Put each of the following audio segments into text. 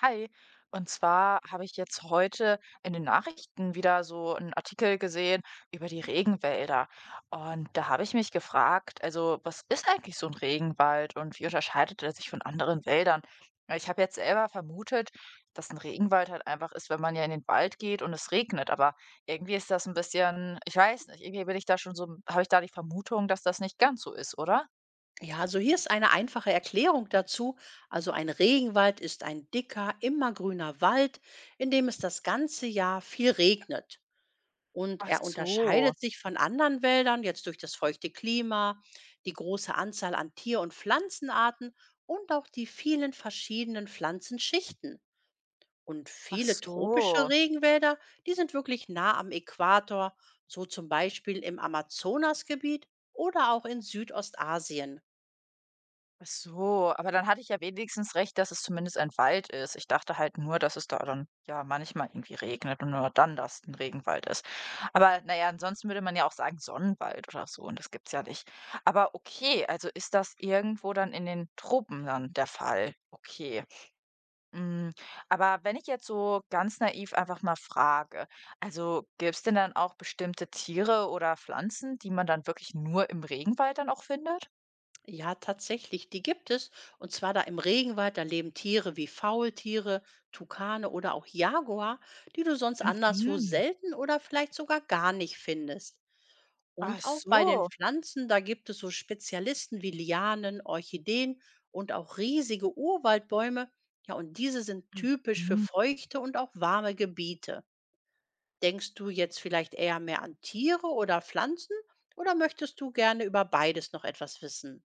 Hi, und zwar habe ich jetzt heute in den Nachrichten wieder so einen Artikel gesehen über die Regenwälder. Und da habe ich mich gefragt, also was ist eigentlich so ein Regenwald und wie unterscheidet er sich von anderen Wäldern? Weil ich habe jetzt selber vermutet, dass ein Regenwald halt einfach ist, wenn man ja in den Wald geht und es regnet. Aber irgendwie ist das ein bisschen, ich weiß nicht, irgendwie bin ich da schon so, habe ich da die Vermutung, dass das nicht ganz so ist, oder? Ja, also hier ist eine einfache Erklärung dazu. Also ein Regenwald ist ein dicker, immergrüner Wald, in dem es das ganze Jahr viel regnet. Und Ach er so, unterscheidet sich von anderen Wäldern jetzt durch das feuchte Klima, die große Anzahl an Tier- und Pflanzenarten und auch die vielen verschiedenen Pflanzenschichten. Und ach viele tropische so. Regenwälder, die sind wirklich nah am Äquator, so zum Beispiel im Amazonasgebiet oder auch in Südostasien. Ach so, aber dann hatte ich ja wenigstens recht, dass es zumindest ein Wald ist. Ich dachte halt nur, dass es da dann ja manchmal irgendwie regnet und nur dann das ein Regenwald ist. Aber naja, ansonsten würde man ja auch sagen Sonnenwald oder so und das gibt's ja nicht. Aber okay, also ist das irgendwo dann in den Tropen dann der Fall? Okay. Mm, Aber wenn ich jetzt so ganz naiv einfach mal frage, also gibt's denn dann auch bestimmte Tiere oder Pflanzen, die man dann wirklich nur im Regenwald dann auch findet? Ja, tatsächlich, die gibt es. Und zwar da im Regenwald, da leben Tiere wie Faultiere, Tukane oder auch Jaguar, die du sonst anderswo Mhm. selten oder vielleicht sogar gar nicht findest. Ach Und auch bei den so. Pflanzen, da gibt es so Spezialisten wie Lianen, Orchideen und auch riesige Urwaldbäume. Ja, und diese sind typisch für Mhm. feuchte und auch warme Gebiete. Denkst du jetzt vielleicht eher mehr an Tiere oder Pflanzen oder möchtest du gerne über beides noch etwas wissen?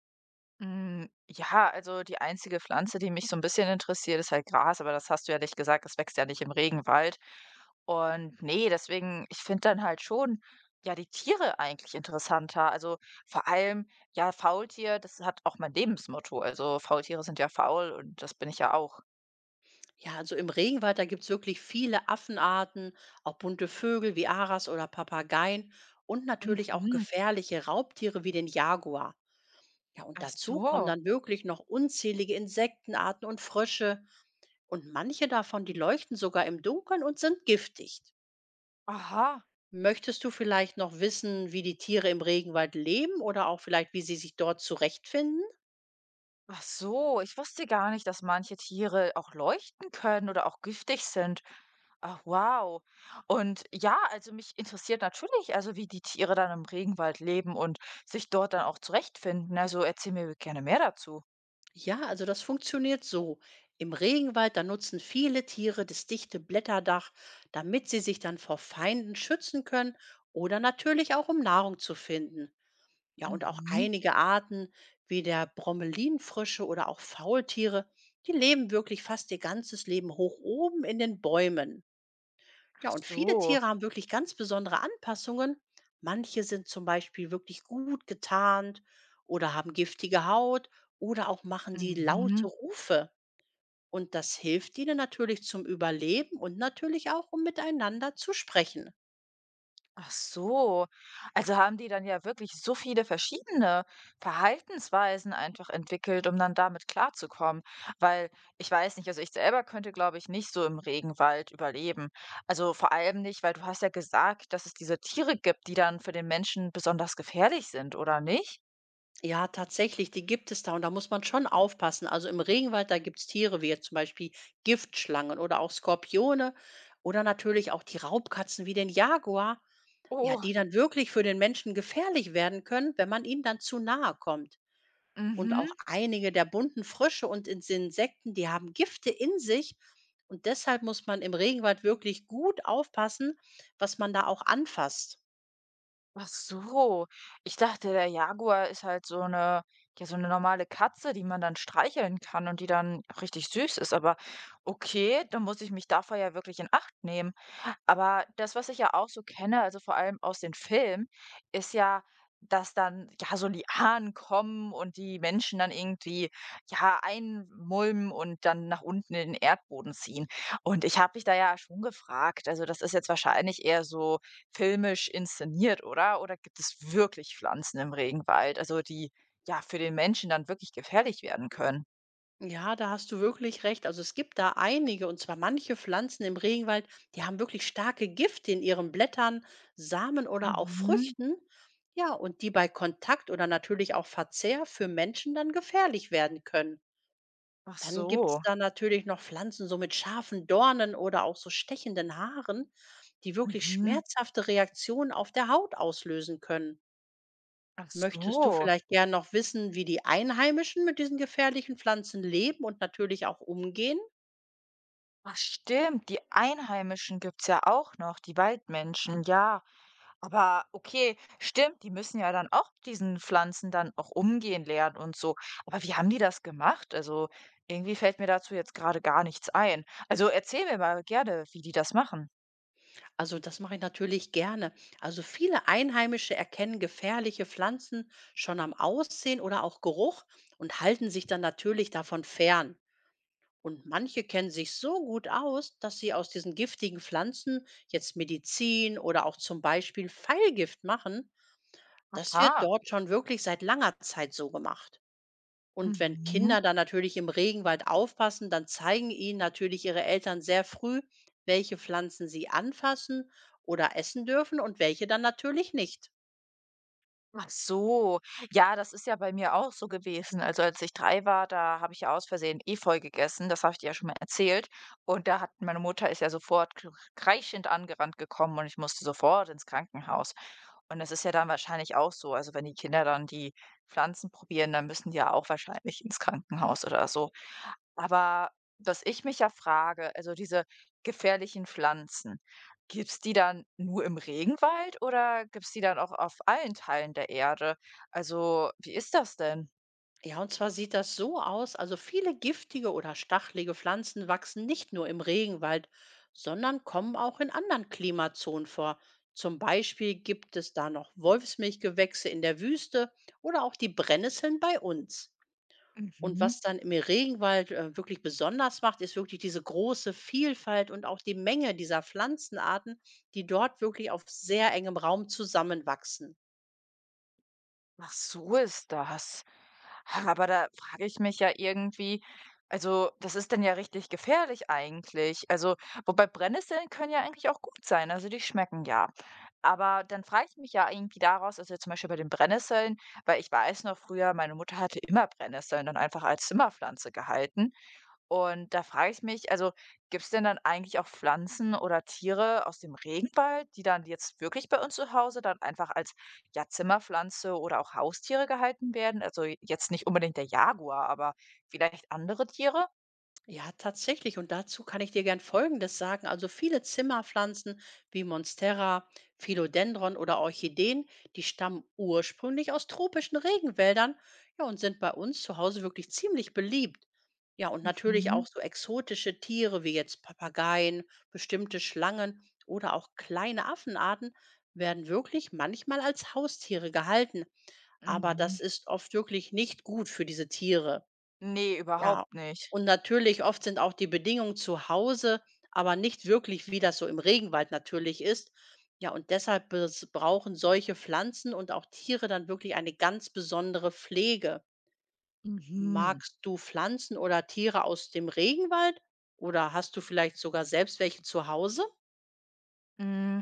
Hm, ja, also die einzige Pflanze, die mich so ein bisschen interessiert, ist halt Gras, aber das hast du ja nicht gesagt, das wächst ja nicht im Regenwald. Und nee, deswegen ich finde dann halt schon, ja, die Tiere eigentlich interessanter. Also, vor allem, ja, Faultier, das hat auch mein Lebensmotto. Also, Faultiere sind ja faul und das bin ich ja auch. Ja, also im Regenwald, da gibt es wirklich viele Affenarten, auch bunte Vögel wie Aras oder Papageien und natürlich auch Mhm. gefährliche Raubtiere wie den Jaguar. Ja, und Ach dazu kommen so. dann wirklich noch unzählige Insektenarten und Frösche. Und manche davon, die leuchten sogar im Dunkeln und sind giftig. Aha. Möchtest du vielleicht noch wissen, wie die Tiere im Regenwald leben oder auch vielleicht, wie sie sich dort zurechtfinden? Ach so, ich wusste gar nicht, dass manche Tiere auch leuchten können oder auch giftig sind. Ach, wow. Und ja, also mich interessiert natürlich, also wie die Tiere dann im Regenwald leben und sich dort dann auch zurechtfinden. Also erzähl mir gerne mehr dazu. Ja, also das funktioniert so. Im Regenwald, da nutzen viele Tiere das dichte Blätterdach, damit sie sich dann vor Feinden schützen können oder natürlich auch um Nahrung zu finden. Ja, und auch Mhm. einige Arten wie der Bromelinfrösche oder auch Faultiere, die leben wirklich fast ihr ganzes Leben hoch oben in den Bäumen. Ja, Ach und viele so. Tiere haben wirklich ganz besondere Anpassungen. Manche sind zum Beispiel wirklich gut getarnt oder haben giftige Haut oder auch machen die laute Mhm. Rufe. Und das hilft ihnen natürlich zum Überleben und natürlich auch, um miteinander zu sprechen. Ach so. Also haben die dann ja wirklich so viele verschiedene Verhaltensweisen einfach entwickelt, um dann damit klarzukommen. Weil ich weiß nicht, also ich selber könnte, glaube ich, nicht so im Regenwald überleben. Also vor allem nicht, weil du hast ja gesagt, dass es diese Tiere gibt, die dann für den Menschen besonders gefährlich sind, oder nicht? Ja, tatsächlich, die gibt es da und da muss man schon aufpassen. Also im Regenwald, da gibt es Tiere wie jetzt zum Beispiel Giftschlangen oder auch Skorpione oder natürlich auch die Raubkatzen wie den Jaguar. Ja, Oh, die dann wirklich für den Menschen gefährlich werden können, wenn man ihnen dann zu nahe kommt. Und auch mhm. einige der bunten Frösche und Insekten, die haben Gifte in sich. Und deshalb muss man im Regenwald wirklich gut aufpassen, was man da auch anfasst. Ach so. Ich dachte, der Jaguar ist halt so eine ja, so eine normale Katze, die man dann streicheln kann und die dann richtig süß ist. Aber okay, dann muss ich mich davor ja wirklich in Acht nehmen. Aber das, was ich ja auch so kenne, also vor allem aus den Filmen, ist ja, dass dann ja so Lianen kommen und die Menschen dann irgendwie ja einmulmen und dann nach unten in den Erdboden ziehen. Und ich habe mich da ja schon gefragt, also das ist jetzt wahrscheinlich eher so filmisch inszeniert, oder? Oder gibt es wirklich Pflanzen im Regenwald, also die ja für den Menschen dann wirklich gefährlich werden können? Ja, da hast du wirklich recht. Also es gibt da einige, und zwar manche Pflanzen im Regenwald, die haben wirklich starke Gifte in ihren Blättern, Samen oder auch Mhm. Früchten. Ja, und die bei Kontakt oder natürlich auch Verzehr für Menschen dann gefährlich werden können. Ach Dann gibt's so. da natürlich noch Pflanzen, so mit scharfen Dornen oder auch so stechenden Haaren, die wirklich Mhm. schmerzhafte Reaktionen auf der Haut auslösen können. Ach Möchtest du so. vielleicht gern noch wissen, wie die Einheimischen mit diesen gefährlichen Pflanzen leben und natürlich auch umgehen? Ach stimmt, die Einheimischen gibt's ja auch noch, die Waldmenschen, ja. Aber okay, stimmt, die müssen ja dann auch diesen Pflanzen dann auch umgehen lernen und so. Aber wie haben die das gemacht? Also irgendwie fällt mir dazu jetzt gerade gar nichts ein. Also erzähl mir mal gerne, wie die das machen. Also das mache ich natürlich gerne. Also viele Einheimische erkennen gefährliche Pflanzen schon am Aussehen oder auch Geruch und halten sich dann natürlich davon fern. Und manche kennen sich so gut aus, dass sie aus diesen giftigen Pflanzen jetzt Medizin oder auch zum Beispiel Pfeilgift machen. Das wird Aha. dort schon wirklich seit langer Zeit so gemacht. Und wenn Mhm. Kinder dann natürlich im Regenwald aufpassen, dann zeigen ihnen natürlich ihre Eltern sehr früh, welche Pflanzen sie anfassen oder essen dürfen und welche dann natürlich nicht. Ach so, ja, das ist ja bei mir auch so gewesen. Also als ich 3 war, da habe ich ja aus Versehen Efeu gegessen, das habe ich dir ja schon mal erzählt. Und da hat meine Mutter ist ja sofort k kreischend angerannt gekommen und ich musste sofort ins Krankenhaus. Und das ist ja dann wahrscheinlich auch so. Also wenn die Kinder dann die Pflanzen probieren, dann müssen die ja auch wahrscheinlich ins Krankenhaus oder so. Aber was ich mich ja frage, also diese gefährlichen Pflanzen, gibt's die dann nur im Regenwald oder gibt's die dann auch auf allen Teilen der Erde? Also, wie ist das denn? Ja, und zwar sieht das so aus, also viele giftige oder stachelige Pflanzen wachsen nicht nur im Regenwald, sondern kommen auch in anderen Klimazonen vor. Zum Beispiel gibt es da noch Wolfsmilchgewächse in der Wüste oder auch die Brennnesseln bei uns. Und Mhm. was dann im Regenwald wirklich besonders macht, ist wirklich diese große Vielfalt und auch die Menge dieser Pflanzenarten, die dort wirklich auf sehr engem Raum zusammenwachsen. Ach, so ist das. Ha, aber da frage ich mich ja irgendwie also, das ist dann ja richtig gefährlich eigentlich. Also, wobei Brennnesseln können ja eigentlich auch gut sein, also die schmecken ja. Aber dann frage ich mich ja irgendwie daraus, also zum Beispiel bei den Brennnesseln, weil ich weiß noch früher, meine Mutter hatte immer Brennnesseln dann einfach als Zimmerpflanze gehalten. Und da frage ich mich, also gibt es denn dann eigentlich auch Pflanzen oder Tiere aus dem Regenwald, die dann jetzt wirklich bei uns zu Hause dann einfach als ja, Zimmerpflanze oder auch Haustiere gehalten werden? Also jetzt nicht unbedingt der Jaguar, aber vielleicht andere Tiere? Ja, tatsächlich. Und dazu kann ich dir gern Folgendes sagen. Also viele Zimmerpflanzen wie Monstera, Philodendron oder Orchideen, die stammen ursprünglich aus tropischen Regenwäldern, ja, und sind bei uns zu Hause wirklich ziemlich beliebt. Ja, und natürlich Mhm. auch so exotische Tiere wie jetzt Papageien, bestimmte Schlangen oder auch kleine Affenarten werden wirklich manchmal als Haustiere gehalten. Aber das Mhm. ist oft wirklich nicht gut für diese Tiere. Nee, Ja, überhaupt nicht. und natürlich oft sind auch die Bedingungen zu Hause, aber nicht wirklich, wie das so im Regenwald natürlich ist. Ja, und deshalb brauchen solche Pflanzen und auch Tiere dann wirklich eine ganz besondere Pflege. Mhm. Magst du Pflanzen oder Tiere aus dem Regenwald? Oder hast du vielleicht sogar selbst welche zu Hause? Hm,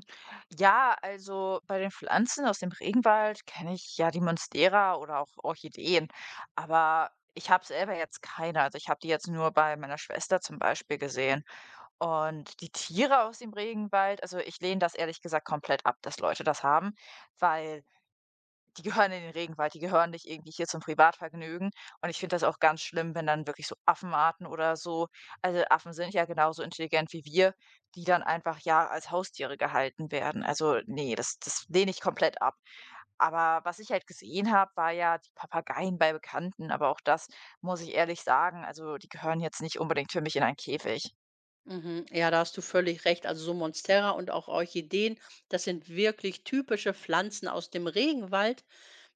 ja, also, bei den Pflanzen aus dem Regenwald kenne ich, ja, die Monstera oder auch Orchideen, aber ich habe selber jetzt keine. Also, ich habe die jetzt nur bei meiner Schwester zum Beispiel gesehen. Und die Tiere aus dem Regenwald also, ich lehne das ehrlich gesagt komplett ab, dass Leute das haben, weil die gehören in den Regenwald, die gehören nicht irgendwie hier zum Privatvergnügen. Und ich finde das auch ganz schlimm, wenn dann wirklich so Affenarten oder so also Affen sind ja genauso intelligent wie wir, die dann einfach, ja, als Haustiere gehalten werden. Also, nee, das lehne ich komplett ab. Aber was ich halt gesehen habe, war ja die Papageien bei Bekannten, aber auch das muss ich ehrlich sagen, also, die gehören jetzt nicht unbedingt für mich in einen Käfig. Mhm. Ja, da hast du völlig recht. Also so Monstera und auch Orchideen, das sind wirklich typische Pflanzen aus dem Regenwald.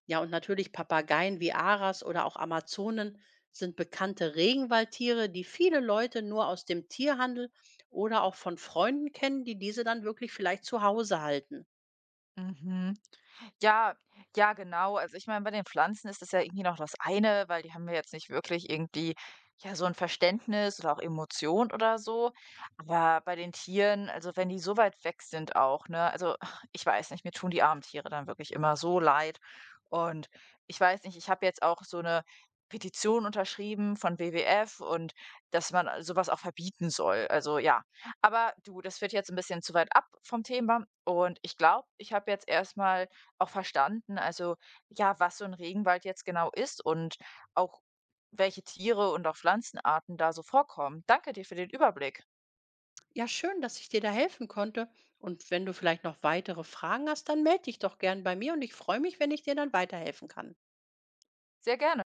Ja, und natürlich Papageien wie Aras oder auch Amazonen sind bekannte Regenwaldtiere, die viele Leute nur aus dem Tierhandel oder auch von Freunden kennen, die diese dann wirklich vielleicht zu Hause halten. Mhm. Ja, ja, genau. Also, ich meine, bei den Pflanzen ist das ja irgendwie noch das eine, weil die haben ja jetzt nicht wirklich irgendwie, ja, so ein Verständnis oder auch Emotion oder so. Aber bei den Tieren, also, wenn die so weit weg sind auch, ne? Also, ach, ich weiß nicht, mir tun die armen Tiere dann wirklich immer so leid. Und ich weiß nicht, ich habe jetzt auch so eine Petition unterschrieben von WWF und dass man, so auch verbieten soll. Also, ja. Aber du, das führt jetzt ein bisschen zu weit ab vom Thema und ich glaube, ich habe jetzt erst mal auch verstanden, also ja, was so ein Regenwald jetzt genau ist und auch welche Tiere und auch Pflanzenarten da so vorkommen. Danke dir für den Überblick. Ja, schön, dass ich dir da helfen konnte. Und wenn du vielleicht noch weitere Fragen hast, dann melde dich doch gern bei mir und ich freue mich, wenn ich dir dann weiterhelfen kann. Sehr gerne.